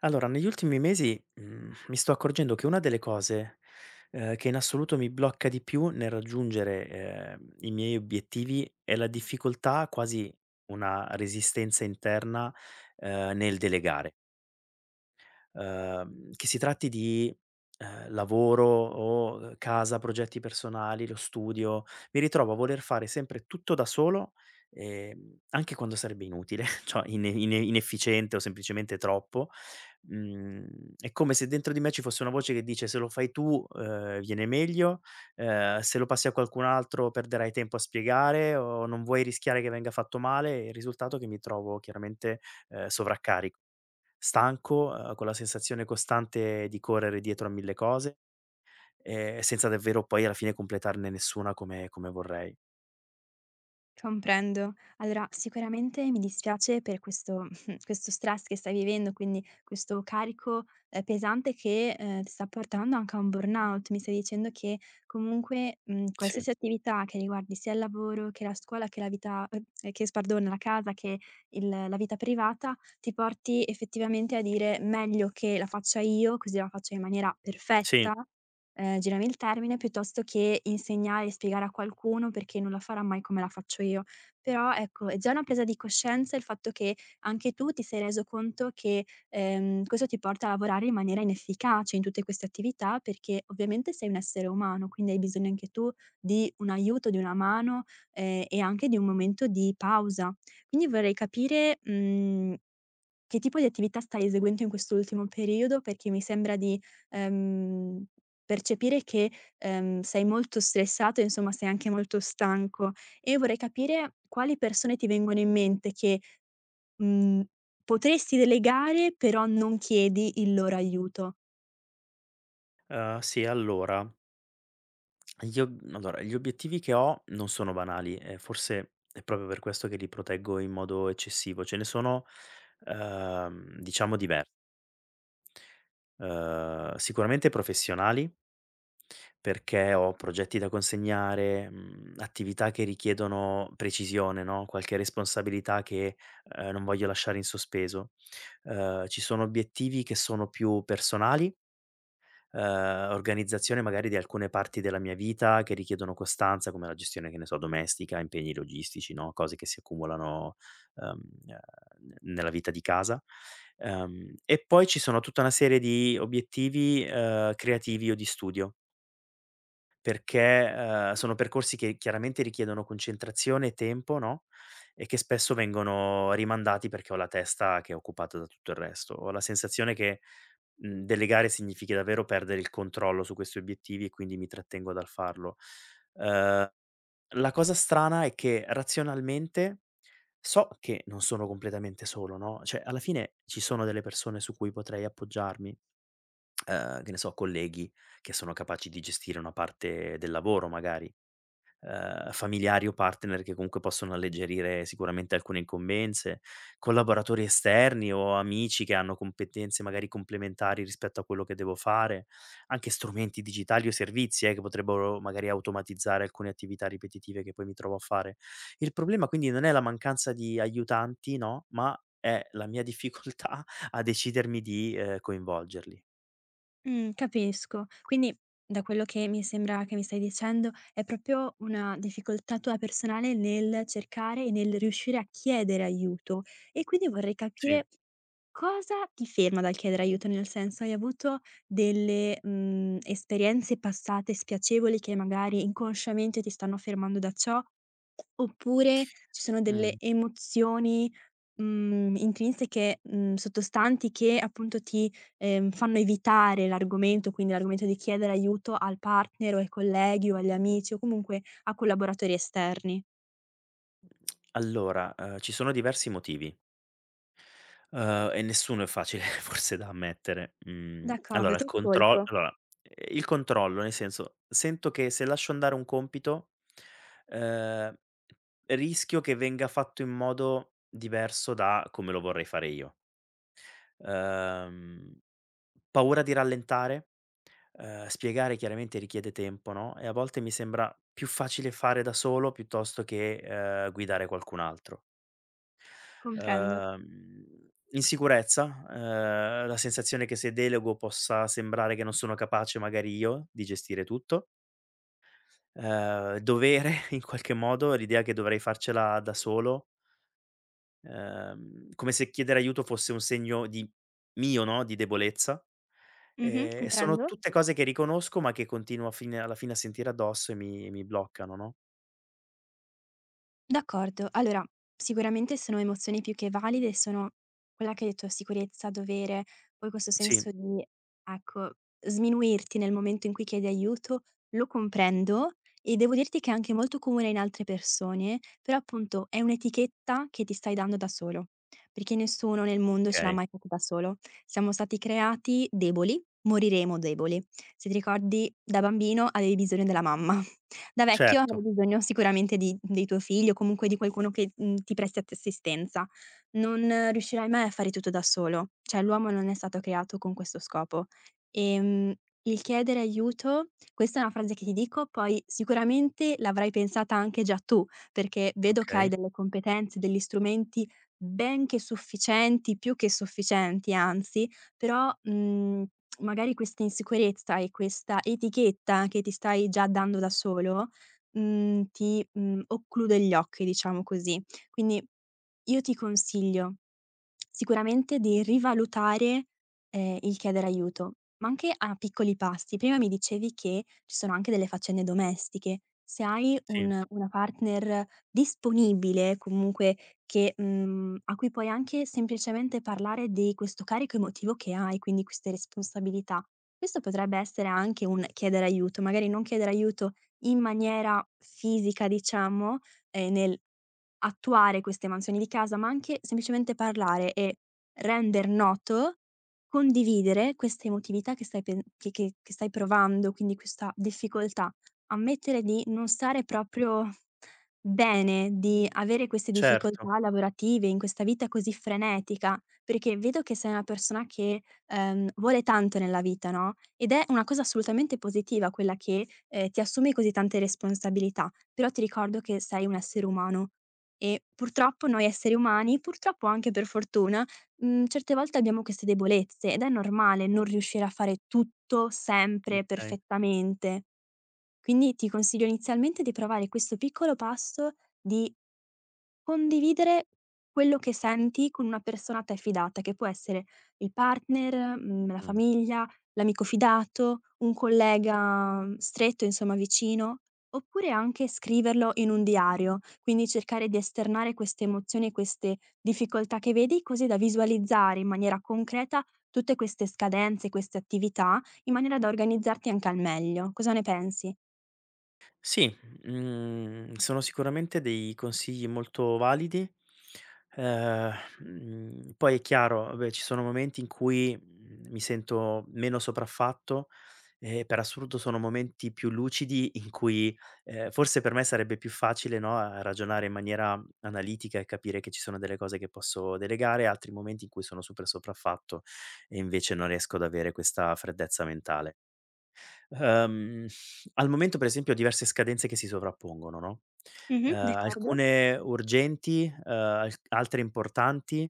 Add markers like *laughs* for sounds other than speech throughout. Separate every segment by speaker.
Speaker 1: Allora, negli ultimi mesi, mi sto accorgendo che una delle cose, che in assoluto mi blocca di più nel raggiungere, i miei obiettivi è la difficoltà, quasi una resistenza interna, nel delegare che si tratti di, lavoro o, casa, progetti personali, lo studio, mi ritrovo a voler fare sempre tutto da solo, anche quando sarebbe inutile, *laughs* cioè inefficiente o semplicemente troppo. Mhmm, è come se dentro di me ci fosse una voce che dice: "Se lo fai tu, viene meglio, se lo passi a qualcun altro perderai tempo a spiegare o non vuoi rischiare che venga fatto male", e il risultato è che mi trovo chiaramente, sovraccarico stanco, con la sensazione costante di correre dietro a 1000 cose, senza davvero poi alla fine completarne nessuna come vorrei.
Speaker 2: Comprendo. Allora, sicuramente mi dispiace per questo *laughs* questo stress che stai vivendo, quindi questo carico, pesante che, ti sta portando anche a un burnout. Mi stai dicendo che comunque,
Speaker 1: Sì,
Speaker 2: qualsiasi attività che riguardi sia il lavoro, che la scuola, che la vita che s pardon, la casa, che il la vita privata, ti porti effettivamente a dire: "Meglio che la faccia io, così la faccio in maniera
Speaker 1: sì,
Speaker 2: perfetta". Girami il termine, piuttosto che insegnare e spiegare a qualcuno perché non la farà mai come la faccio io. Però ecco, è già una presa di coscienza il fatto che anche tu ti sei reso conto che, questo ti porta a lavorare in maniera inefficace in tutte queste attività, perché ovviamente sei un essere umano, quindi hai bisogno anche tu di un aiuto, di una mano, e anche di un momento di pausa. Quindi vorrei capire, mhmm che tipo di attività stai eseguendo in quest'ultimo periodo? Perché mi sembra di, ehm, percepire che, sei molto stressato e insomma sei anche molto stanco e vorrei capire quali persone ti vengono in mente che, mhmm, potresti delegare però non chiedi il loro aiuto.
Speaker 1: sì, allora gli ob allora gli obiettivi che ho non sono banali e forse è proprio per questo che li proteggo in modo eccessivo. Ce ne sono, diciamo diver sicuramente professionali. Perché ho progetti da consegnare, attività che richiedono precisione, no, qualche responsabilità che, non voglio lasciare in sospeso. Ci sono obiettivi che sono più personali, organizzazione magari di alcune parti della mia vita che richiedono costanza, come la gestione, che ne so, domestica, impegni logistici, no, cose che si accumulano, ehm, ehm, n nella vita di casa. E poi ci sono tutta una serie di obiettivi, creativi o di studio. Perché, sono percorsi che chiaramente richiedono concentrazione e tempo, no, e che spesso vengono rimandati perché ho la testa che è occupata da tutto il resto. Ho la sensazione che, delegare significhi davvero perdere il controllo su questi obiettivi e quindi mi trattengo dal farlo. Uhm, la cosa strana è che razionalmente so che non sono completamente solo, no, cioè alla fine ci sono delle persone su cui potrei appoggiarmi che ne so, colleghi che sono capaci di gestire una parte del lavoro magari, familiari o partner che comunque possono alleggerire sicuramente alcune incombenze, collaboratori esterni o amici che hanno competenze magari complementari rispetto a quello che devo fare, anche strumenti digitali o servizi, che potrebbero magari automatizzare alcune attività ripetitive che poi mi trovo a fare. Il problema quindi non è la mancanza di aiutanti, no, ma è la mia difficoltà *laughs* a decidermi di, coinvolgerli.
Speaker 2: Capisco. Quindi da quello che mi sembra che mi stai dicendo è proprio una difficoltà tua personale nel cercare e nel riuscire a chiedere aiuto e quindi vorrei
Speaker 1: Sì.
Speaker 2: capire cosa ti ferma dal chiedere aiuto. Nel senso, hai avuto delle, esperienze passate spiacevoli che magari inconsciamente ti stanno fermando da ciò, oppure ci sono delle
Speaker 1: Mh.
Speaker 2: emozioni, intrinseche, sottostanti che appunto ti, fanno evitare l'argomento, quindi l'argomento di chiedere aiuto al partner o ai colleghi o agli amici o comunque a collaboratori esterni.
Speaker 1: Allora, ci sono diversi motivi, e nessuno è facile *laughs* forse da ammettere. Mhmm,
Speaker 2: D'accordo,
Speaker 1: allora
Speaker 2: ti
Speaker 1: il contro
Speaker 2: ascolto.
Speaker 1: allora, ehm, il controllo, nel senso, sento che se lascio andare un compito, uhm, rischio che venga fatto in modo diverso da come lo vorrei fare io. Uhm, paura di rallentare, spiegare chiaramente richiede tempo, no, e a volte mi sembra più facile fare da solo piuttosto che, guidare qualcun altro.
Speaker 2: Comprendo.
Speaker 1: Uhm, insicurezza, la sensazione che se delego possa sembrare che non sono capace magari io di gestire tutto, dovere *laughs* in qualche modo, l'idea che dovrei farcela da solo, come se chiedere aiuto fosse un segno di mio, no, di debolezza.
Speaker 2: Mh-mh,
Speaker 1: Sono
Speaker 2: comprendo.
Speaker 1: tutte cose che riconosco, ma che continuo a fine alla fine a sentire addosso e mi bloccano, no?
Speaker 2: D'accordo. Allora, sicuramente sono emozioni più che valide, sono quella che hai detto, sicurezza, dovere, poi questo
Speaker 1: Sì,
Speaker 2: senso di, ecco, sminuirti nel momento in cui chiedi aiuto, lo comprendo e devo dirti che è anche molto comune in altre persone, però appunto è un'etichetta che ti stai dando da solo, perché nessuno nel mondo ce l'ha
Speaker 1: okay.
Speaker 2: mai fatto da solo. Siamo stati creati deboli, moriremo deboli. Se ti ricordi, da bambino avevi bisogno della mamma. Da vecchio avrai
Speaker 1: Certo,
Speaker 2: bisogno sicuramente di dei tuoi figli o comunque di qualcuno che, ti presti att assistenza. Non riuscirai mai a fare tutto da solo, cioè l'uomo non è stato creato con questo scopo. Ehm, il chiedere aiuto, questa è una frase che ti dico, poi sicuramente l'avrai pensata anche già tu, perché vedo che hai
Speaker 1: okay.
Speaker 2: delle competenze, degli strumenti ben che sufficienti, più che sufficienti anzi, però, mhmm magari questa insicurezza e questa etichetta che ti stai già dando da solo, ti, occlude gli occhi, diciamo così. Quindi io ti consiglio sicuramente di rivalutare, il chiedere aiuto, ma anche a piccoli passi. Prima mi dicevi che ci sono anche delle faccende domestiche. Se hai
Speaker 1: Sì,
Speaker 2: un una partner disponibile, comunque che a cui puoi anche semplicemente parlare di questo carico emotivo che hai, quindi queste responsabilità. Questo potrebbe essere anche un chiedere aiuto, magari non chiedere aiuto in maniera fisica diciamo, nel attuare queste mansioni di casa, ma anche semplicemente parlare e render noto, condividere questa emotività che stai pen che stai provando, quindi questa difficoltà. Ammettere di non stare proprio bene, di avere queste
Speaker 1: certo,
Speaker 2: difficoltà lavorative in questa vita così frenetica, perché vedo che sei una persona che, vuole tanto nella vita, no, ed è una cosa assolutamente positiva quella che, ti assumi così tante responsabilità, però ti ricordo che sei un essere umano e purtroppo noi esseri umani, purtroppo anche per fortuna, certe volte abbiamo queste debolezze ed è normale non riuscire a fare tutto sempre
Speaker 1: okay.
Speaker 2: perfettamente. Quindi ti consiglio inizialmente di provare questo piccolo passo di condividere quello che senti con una persona a te fidata, che può essere il partner, la
Speaker 1: Mh.
Speaker 2: famiglia, l'amico fidato, un collega stretto, insomma vicino, oppure anche scriverlo in un diario, quindi cercare di esternare queste emozioni e queste difficoltà che vedi, così da visualizzare in maniera concreta tutte queste scadenze, queste attività, in maniera da organizzarti anche al meglio. Cosa ne pensi?
Speaker 1: Sì, sono sicuramente dei consigli molto validi. Ehm, poi è chiaro, vabbè, ci sono momenti in cui, mi sento meno sopraffatto e per assurdo sono momenti più lucidi in cui, forse per me sarebbe più facile, no, a ragionare in maniera analitica e capire che ci sono delle cose che posso delegare, altri momenti in cui sono super sopraffatto e invece non riesco ad avere questa freddezza mentale. Ehm, al momento per esempio ho diverse scadenze che si sovrappongono, no,
Speaker 2: Mh-mh. D'accordo?
Speaker 1: alcune urgenti, alc altre importanti,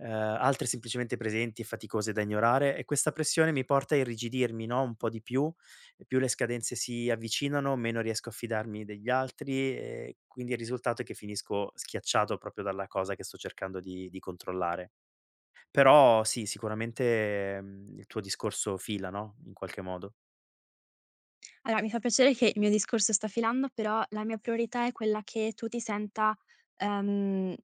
Speaker 1: altre semplicemente presenti e faticose da ignorare e questa pressione mi porta a irrigidirmi, no, un po' di più e più le scadenze si avvicinano, meno riesco a fidarmi degli altri e quindi il risultato è che finisco schiacciato proprio dalla cosa che sto cercando di controllare. Però sì, sicuramente, il tuo discorso fila, no, in qualche modo.
Speaker 2: Allora, mi fa piacere che il mio discorso sta filando, però la mia priorità è quella che tu ti senta, ehm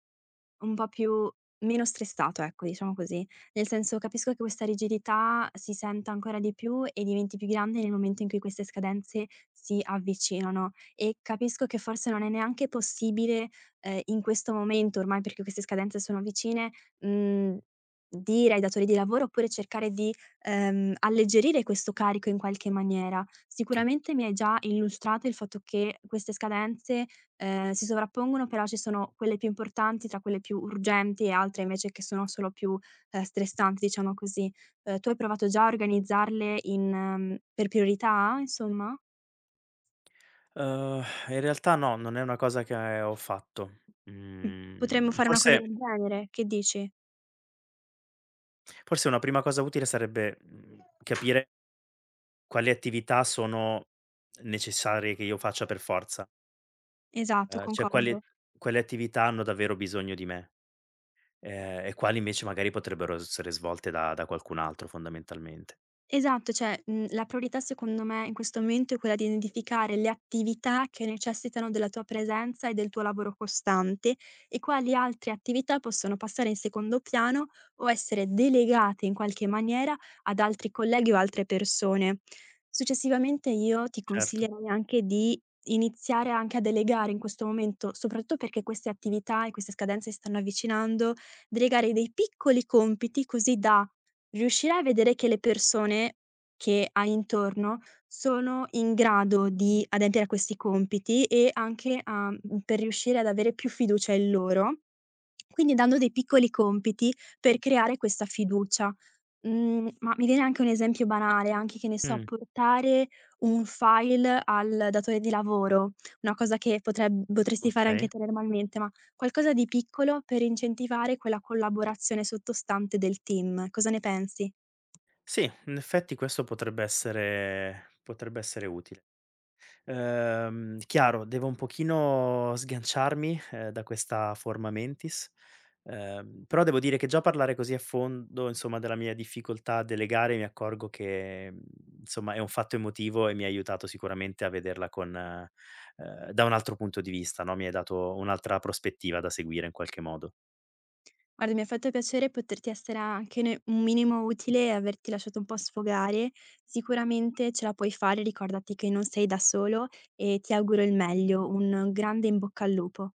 Speaker 2: un po' più meno stressato, ecco, diciamo così. Nel senso, capisco che questa rigidità si senta ancora di più e diventi più grande nel momento in cui queste scadenze si avvicinano e capisco che forse non è neanche possibile, in questo momento ormai perché queste scadenze sono vicine, mhmm, dire ai datori di lavoro oppure cercare di, alleggerire questo carico in qualche maniera. Sicuramente mi hai già illustrato il fatto che queste scadenze si sovrappongono, però ci sono quelle più importanti tra quelle più urgenti e altre invece che sono solo più, stressanti, diciamo così. Tu hai provato già a organizzarle in per priorità, insomma?
Speaker 1: Uhm, in realtà no, non è una cosa che ho fatto.
Speaker 2: Mh. Potremmo
Speaker 1: Mhmm,
Speaker 2: fare una cosa
Speaker 1: forse
Speaker 2: del genere, che dici?
Speaker 1: forse una prima cosa utile sarebbe, capire quali attività sono necessarie che io faccia per forza,
Speaker 2: Esatto,
Speaker 1: cioè quali
Speaker 2: concordo.
Speaker 1: quali attività hanno davvero bisogno di me, e quali invece magari potrebbero essere svolte da qualcun altro fondamentalmente.
Speaker 2: Esatto, cioè, la priorità secondo me in questo momento è quella di identificare le attività che necessitano della tua presenza e del tuo lavoro costante e quali altre attività possono passare in secondo piano o essere delegate in qualche maniera ad altri colleghi o altre persone. Successivamente io ti
Speaker 1: Certo.
Speaker 2: consiglierei anche di iniziare anche a delegare in questo momento, soprattutto perché queste attività e queste scadenze si stanno avvicinando, delegare dei piccoli compiti così da riuscire a vedere che le persone che hai intorno sono in grado di adempiere a questi compiti e anche a per riuscire ad avere più fiducia in loro, quindi dando dei piccoli compiti per creare questa fiducia. Ma mi viene anche un esempio banale, anche, che ne so,
Speaker 1: Mh,
Speaker 2: portare un file al datore di lavoro, una cosa che potreb potresti fare anche
Speaker 1: okay.
Speaker 2: te normalmente, ma qualcosa di piccolo per incentivare quella collaborazione sottostante del team. Cosa ne pensi?
Speaker 1: Sì, in effetti questo potrebbe essere utile. Chiaro, devo un pochino sganciarmi, da questa forma mentis, però devo dire che già parlare così a fondo, insomma, della mia difficoltà a delegare mi accorgo che, insomma, è un fatto emotivo e mi ha aiutato sicuramente a vederla con da un altro punto di vista, no, mi hai dato un'altra prospettiva da seguire in qualche modo.
Speaker 2: Guarda, mi ha fatto piacere poterti essere anche ne un minimo utile e averti lasciato un po' sfogare. Sicuramente ce la puoi fare, ricordati che non sei da solo e ti auguro il meglio. Un grande in bocca al lupo.